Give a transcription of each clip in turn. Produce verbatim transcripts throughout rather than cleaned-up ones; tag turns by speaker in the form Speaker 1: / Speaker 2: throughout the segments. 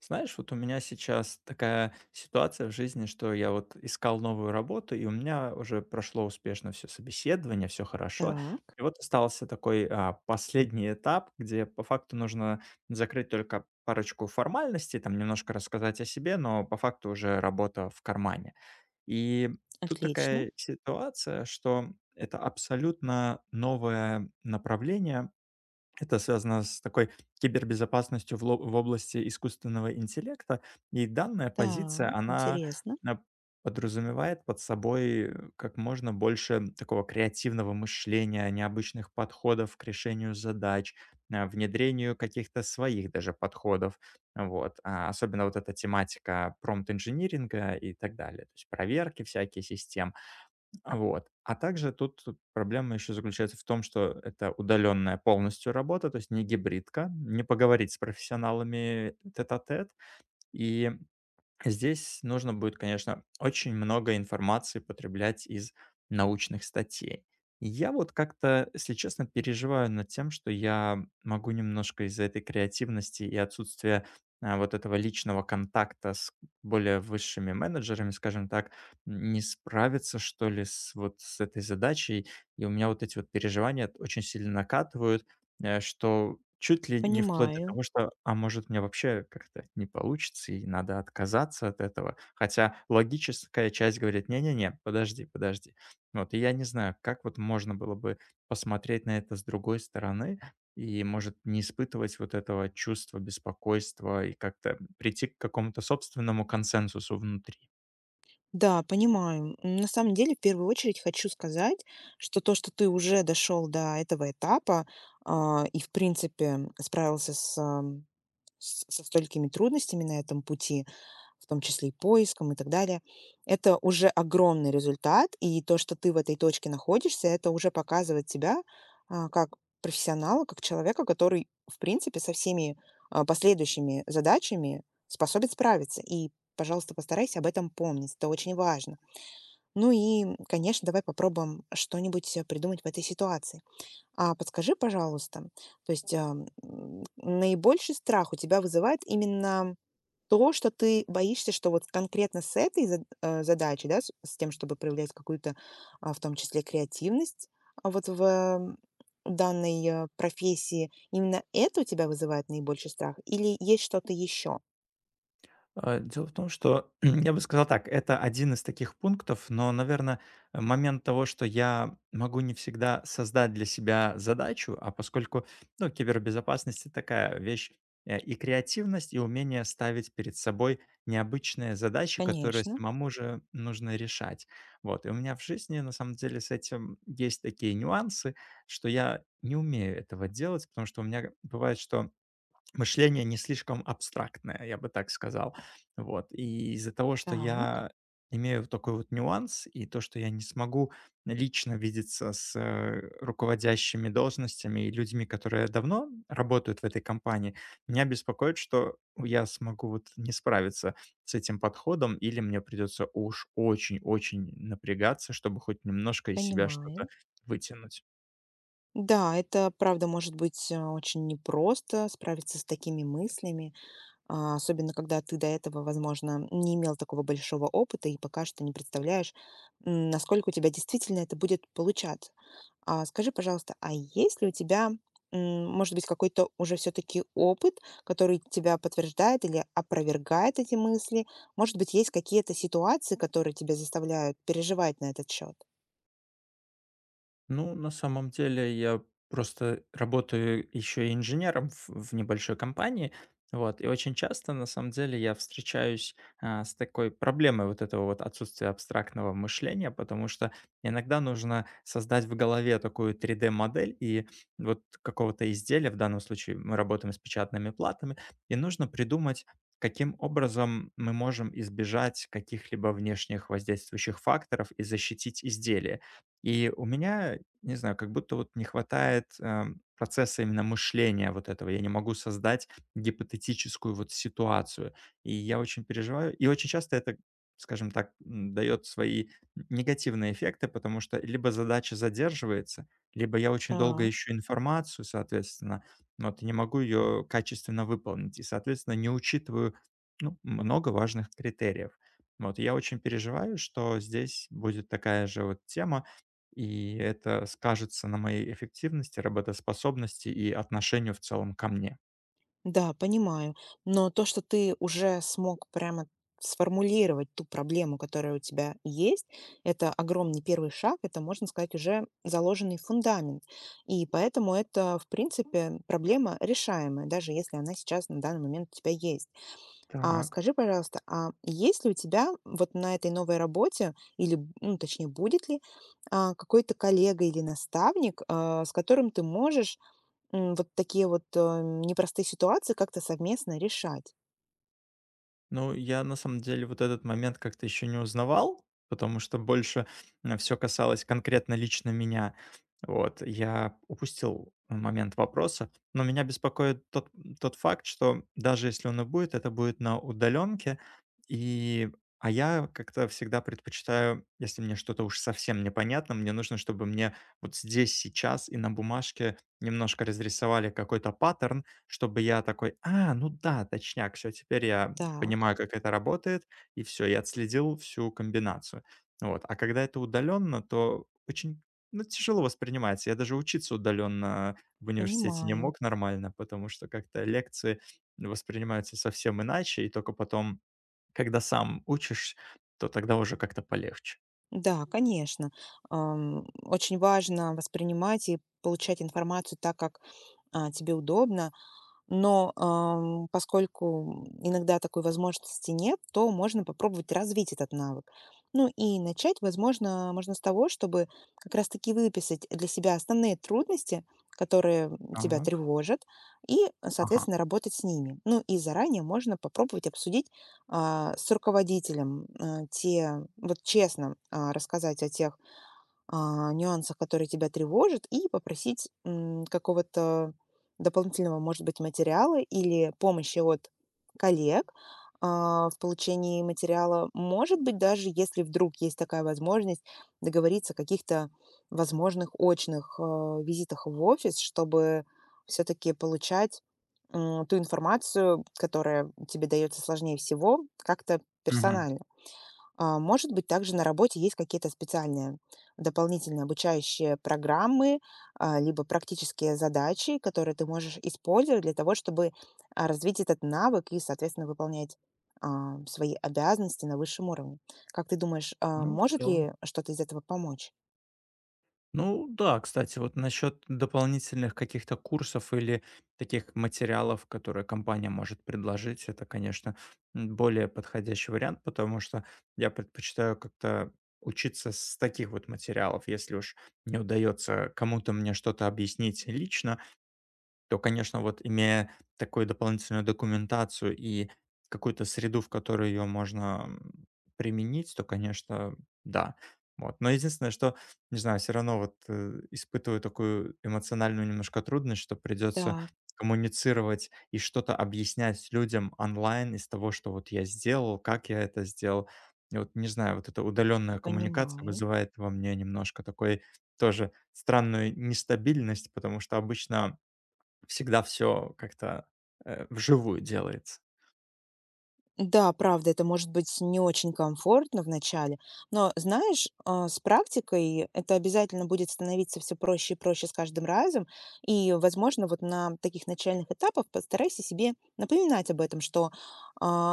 Speaker 1: Знаешь, вот у меня сейчас такая ситуация в жизни, что я вот искал новую работу, и у меня уже прошло успешно все собеседование, все хорошо.
Speaker 2: Так,
Speaker 1: И вот остался такой а, последний этап, где по факту нужно закрыть только парочку формальностей, там немножко рассказать о себе, но по факту уже работа в кармане. И тут
Speaker 2: отлично.
Speaker 1: такая ситуация, что это абсолютно новое направление, это связано с такой кибербезопасностью в ло в области искусственного интеллекта. И данная позиция,
Speaker 2: Так,
Speaker 1: она,
Speaker 2: интересно.
Speaker 1: а, подразумевает под собой э, как можно больше такого креативного мышления, необычных подходов к решению задач, а, внедрению каких-то своих даже подходов. Вот. А особенно вот эта тематика промпт-инжиниринга и так далее. То есть проверки всякие систем. А вот. А также тут проблема еще заключается в том, что это удаленная полностью работа, то есть не гибридка, не поговорить с профессионалами тет-а-тет. И здесь нужно будет, конечно, очень много информации потреблять из научных статей. Я вот как-то, если честно, переживаю над тем, что я могу немножко из-за этой креативности и отсутствия а, вот этого личного контакта с более высшими менеджерами, скажем так, не справиться, что ли, с вот с этой задачей. И у меня вот эти вот переживания очень сильно накатывают, Э, что чуть ли не вплоть до
Speaker 2: Понимаю.
Speaker 1: того, что, а может, мне вообще как-то не получится и надо отказаться от этого. Хотя логическая часть говорит: "Не-не-не, подожди, подожди". Вот, и я не знаю, как вот можно было бы посмотреть на это с другой стороны и, может, не испытывать вот этого чувства беспокойства и как-то прийти к какому-то собственному консенсусу внутри.
Speaker 2: Да, понимаю. М, На самом деле, в первую очередь хочу сказать, что то, что ты уже дошел до этого этапа а, и, в принципе, справился с, ам, с- со столькими трудностями на этом пути, в том числе и поиском и так далее. Это уже огромный результат, и то, что ты в этой точке находишься, это уже показывает тебя а, как профессионала, как человека, который, в принципе, со всеми а, последующими задачами способен справиться. И, пожалуйста, постарайся об этом помнить, это очень важно. Ну и, конечно, давай попробуем что-нибудь э, придумать в этой ситуации. А подскажи, пожалуйста, то есть а, м, наибольший страх у тебя вызывает именно то, что ты боишься, что вот конкретно с этой зад э, задачей, да, с с тем, чтобы проявлять какую-то, а, в том числе креативность, а, вот в, м, данной, э, профессии, именно это у тебя вызывает наибольший страх или есть что-то еще?
Speaker 1: А, дело в том, что я бы сказал так, это один из таких пунктов, но, наверное, момент того, что я могу не всегда создать для себя задачу, а поскольку, ну, кибербезопасность — это такая вещь, э, и креативность, и умение ставить перед собой необычные задачи, которые
Speaker 2: Конечно.
Speaker 1: самому же нужно решать. Вот, и у меня в жизни, на самом деле, с этим есть такие нюансы, что я не умею этого делать, потому что у меня бывает, что мышление не слишком абстрактное, я бы так сказал. Вот. И из-за того, что
Speaker 2: Так,
Speaker 1: я имею вот такой вот нюанс, и то, что я не смогу лично видеться с э, руководящими должностями и людьми, которые давно работают в этой компании, меня беспокоит, что я смогу вот не справиться с этим подходом, или мне придется уж очень-очень напрягаться, чтобы хоть немножко из себя что-то
Speaker 2: понимаю.
Speaker 1: вытянуть.
Speaker 2: Да, это правда может быть, э, очень непросто справиться с такими мыслями. А, особенно когда ты до этого, возможно, не имел такого большого опыта и пока что не представляешь, м, насколько у тебя действительно это будет получаться. А скажи, пожалуйста, а есть ли у тебя, м, может быть, какой-то уже все-таки опыт, который тебя подтверждает или опровергает эти мысли? Может быть, есть какие-то ситуации, которые тебя заставляют переживать на этот счет?
Speaker 1: Ну, на самом деле, я просто работаю еще и инженером в, в небольшой компании, вот, и очень часто, на самом деле, я встречаюсь а, с такой проблемой вот этого вот отсутствия абстрактного мышления, потому что иногда нужно создать в голове такую три дэ-модель и вот какого-то изделия, в данном случае мы работаем с печатными платами, и нужно придумать, каким образом мы можем избежать каких-либо внешних воздействующих факторов и защитить изделие. И у меня не знаю, как будто вот не хватает, эм, процесса именно мышления вот этого. Я не могу создать гипотетическую вот ситуацию. И я очень переживаю. И очень часто это, скажем так, м, дает свои негативные эффекты, потому что либо задача задерживается, либо я очень долго ищу информацию, соответственно, вот, и не могу ее качественно выполнить. И, соответственно, не учитываю, ну, много важных критериев. Вот, и я очень переживаю, что здесь будет такая же вот тема. И это скажется на моей эффективности, работоспособности и отношению в целом ко мне.
Speaker 2: Да, понимаю. Но то, что ты уже смог прямо сформулировать ту проблему, которая у тебя есть, это огромный первый шаг, это, можно сказать, уже заложенный фундамент. И поэтому это, в принципе, проблема решаемая, даже если она сейчас на данный момент у тебя есть. А
Speaker 1: Так.
Speaker 2: скажи, пожалуйста, а есть ли у тебя вот на этой новой работе, или, б- ну, точнее, будет ли а, какой-то коллега или наставник, а, с которым ты можешь М, вот такие вот, э, непростые ситуации как-то совместно решать.
Speaker 1: Ну, я на самом деле вот этот момент как-то еще не узнавал, потому что больше все касалось конкретно лично меня. Вот, я упустил момент вопроса, но меня беспокоит тот, тот факт, что даже если он и будет, это будет на удаленке, и а я как-то всегда предпочитаю, если мне что-то уж совсем непонятно, мне нужно, чтобы мне вот здесь, сейчас и на бумажке немножко разрисовали какой-то паттерн, чтобы я такой, а, ну да, точняк, все, теперь я
Speaker 2: Так,
Speaker 1: понимаю, как это работает, и все. Я отследил всю комбинацию. Вот. А когда это удаленно, то очень, ну, тяжело воспринимается. Я даже учиться удаленно в университете не
Speaker 2: понимаю.
Speaker 1: мог нормально, потому что как-то лекции воспринимаются совсем иначе, и только потом, когда сам учишь, то тогда уже как-то полегче.
Speaker 2: Да, конечно. Ам, очень важно воспринимать и получать информацию так, как, а, тебе удобно. Но, ам, поскольку, иногда такой возможности нет, то можно попробовать развить этот навык. Ну и начать, возможно, можно с того, чтобы как раз таки выписать для себя основные трудности, которые тебя
Speaker 1: Так.
Speaker 2: тревожат, и,
Speaker 1: Ага.
Speaker 2: соответственно, работать с ними. Ну и заранее можно попробовать обсудить а, с руководителем а, те, вот честно а, рассказать о тех а, нюансах, которые тебя тревожат, и попросить м, какого-то дополнительного, может быть, материала или помощи от коллег а, в получении материала. Может быть, даже если вдруг есть такая возможность, договориться о каких-то возможных очных а, визитах в офис, чтобы все-таки получать м, ту информацию, которая тебе дается сложнее всего, как-то
Speaker 1: Мгм.
Speaker 2: персонально. А, Может быть, также на работе есть какие-то специальные дополнительные обучающие программы, а, либо практические задачи, которые ты можешь использовать для того, чтобы а, развить этот навык и, соответственно, выполнять а, свои обязанности на высшем уровне. Как ты думаешь, а,
Speaker 1: Ну, в
Speaker 2: может
Speaker 1: целом
Speaker 2: ли что-то из этого помочь?
Speaker 1: ну да, кстати, вот насчет дополнительных каких-то курсов или таких материалов, которые компания может предложить, это, конечно, м, более подходящий вариант, потому что я предпочитаю как-то учиться с таких вот материалов, если уж не удается кому-то мне что-то объяснить лично, то, конечно, вот имея такую дополнительную документацию и какую-то среду, в которой ее можно м, применить, то, конечно, да. Вот. Но единственное, что, не знаю, все равно вот э, испытываю такую эмоциональную немножко трудность, что придется
Speaker 2: Так,
Speaker 1: коммуницировать и что-то объяснять людям онлайн из того, что вот я сделал, как я это сделал. И вот, не знаю, вот эта удаленная коммуникация
Speaker 2: понимаю.
Speaker 1: вызывает во мне немножко такой тоже странную нестабильность, потому что обычно всегда все как-то, э, вживую делается.
Speaker 2: Да, правда, это может быть не очень комфортно в начале, но знаешь, а, с практикой это обязательно будет становиться все проще и проще с каждым разом. И, возможно, вот на таких начальных этапах постарайся себе напоминать об этом, что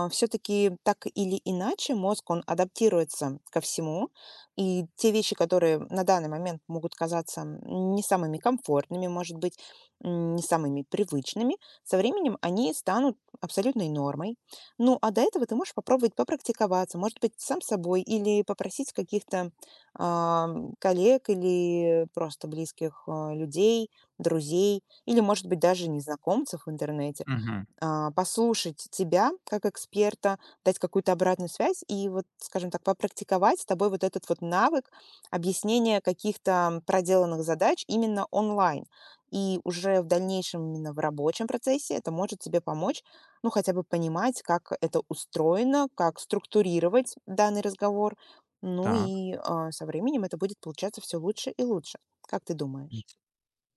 Speaker 2: все-таки так или иначе мозг, он адаптируется ко всему, и те вещи, которые на данный момент могут казаться м, не самыми комфортными, может быть, м, не самыми привычными, со временем они станут абсолютной нормой, ну, а до этого ты можешь попробовать попрактиковаться, может быть, сам собой, или попросить каких-то а, коллег или просто близких а, людей, друзей, или, может быть, даже незнакомцев в интернете
Speaker 1: Мгм.
Speaker 2: а, послушать тебя как эксперта, дать какую-то обратную связь и вот, скажем так, попрактиковать с тобой вот этот вот навык объяснения каких-то проделанных задач именно онлайн. И уже в дальнейшем именно в рабочем процессе это может тебе помочь, ну, хотя бы понимать, как это устроено, как структурировать данный разговор. Ну
Speaker 1: Так.
Speaker 2: и а, со временем это будет получаться все лучше и лучше. Как ты думаешь?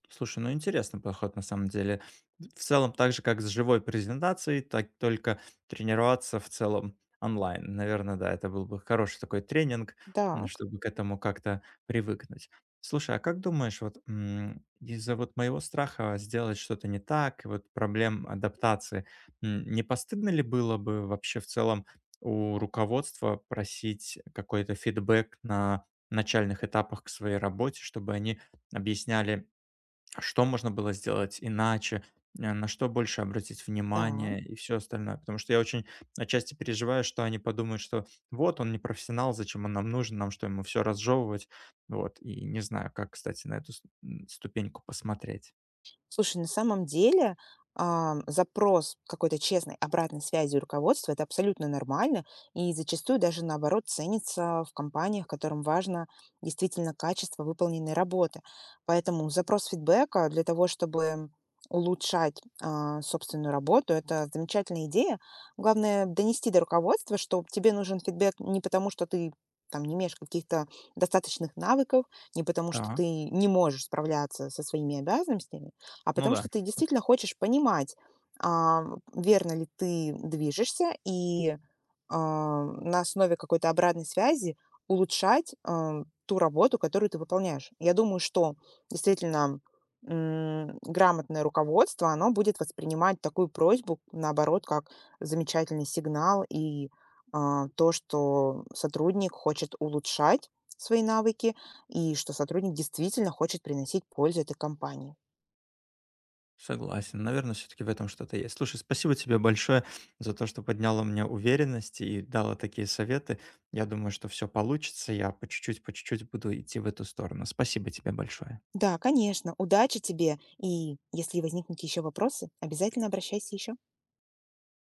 Speaker 1: Слушай, ну интересный подход на самом деле. В целом, так же, как с живой презентацией, так только тренироваться в целом онлайн. Наверное, да, это был бы хороший такой тренинг, м,
Speaker 2: Так,
Speaker 1: чтобы к этому как-то привыкнуть. Слушай, а как думаешь, вот м, из-за вот моего страха сделать что-то не так, и вот проблем адаптации, м, не постыдно ли было бы вообще в целом у руководства просить какой-то фидбэк на начальных этапах к своей работе, чтобы они объясняли, что можно было сделать иначе, э, на что больше обратить
Speaker 2: да.
Speaker 1: внимание и все остальное. Потому что я очень отчасти переживаю, что они подумают, что вот он не профессионал, зачем он нам нужен, нам что, ему все разжевывать. Вот, и не знаю, как, кстати, на эту с м, ступеньку посмотреть.
Speaker 2: Слушай, на самом деле, ам, запрос какой-то честной обратной связи у руководства — это абсолютно нормально и зачастую даже, наоборот, ценится в компаниях, которым важно действительно качество выполненной работы. Поэтому запрос фидбэка для того, чтобы улучшать, а, собственную работу — это замечательная идея. Главное — донести до руководства, что тебе нужен фидбэк не потому, что ты там не имеешь каких-то достаточных навыков, не потому, что
Speaker 1: Так,
Speaker 2: ты не можешь справляться со своими обязанностями, а
Speaker 1: ну
Speaker 2: потому
Speaker 1: да,
Speaker 2: что ты действительно хочешь понимать, а, верно ли ты движешься, и а, на основе какой-то обратной связи улучшать а, ту работу, которую ты выполняешь. Я думаю, что действительно м, грамотное руководство, оно будет воспринимать такую просьбу, наоборот, как замечательный сигнал и а, то, что сотрудник хочет улучшать свои навыки и что сотрудник действительно хочет приносить пользу этой компании.
Speaker 1: согласен. Наверное, все таки в этом что-то есть. Слушай, спасибо тебе большое за то, что подняла мне уверенность и дала такие советы. Я думаю, что все получится. Я по чуть-чуть, по чуть-чуть буду идти в эту сторону. Спасибо тебе большое.
Speaker 2: Да, конечно. Удачи тебе. И если возникнут еще вопросы, обязательно обращайся еще.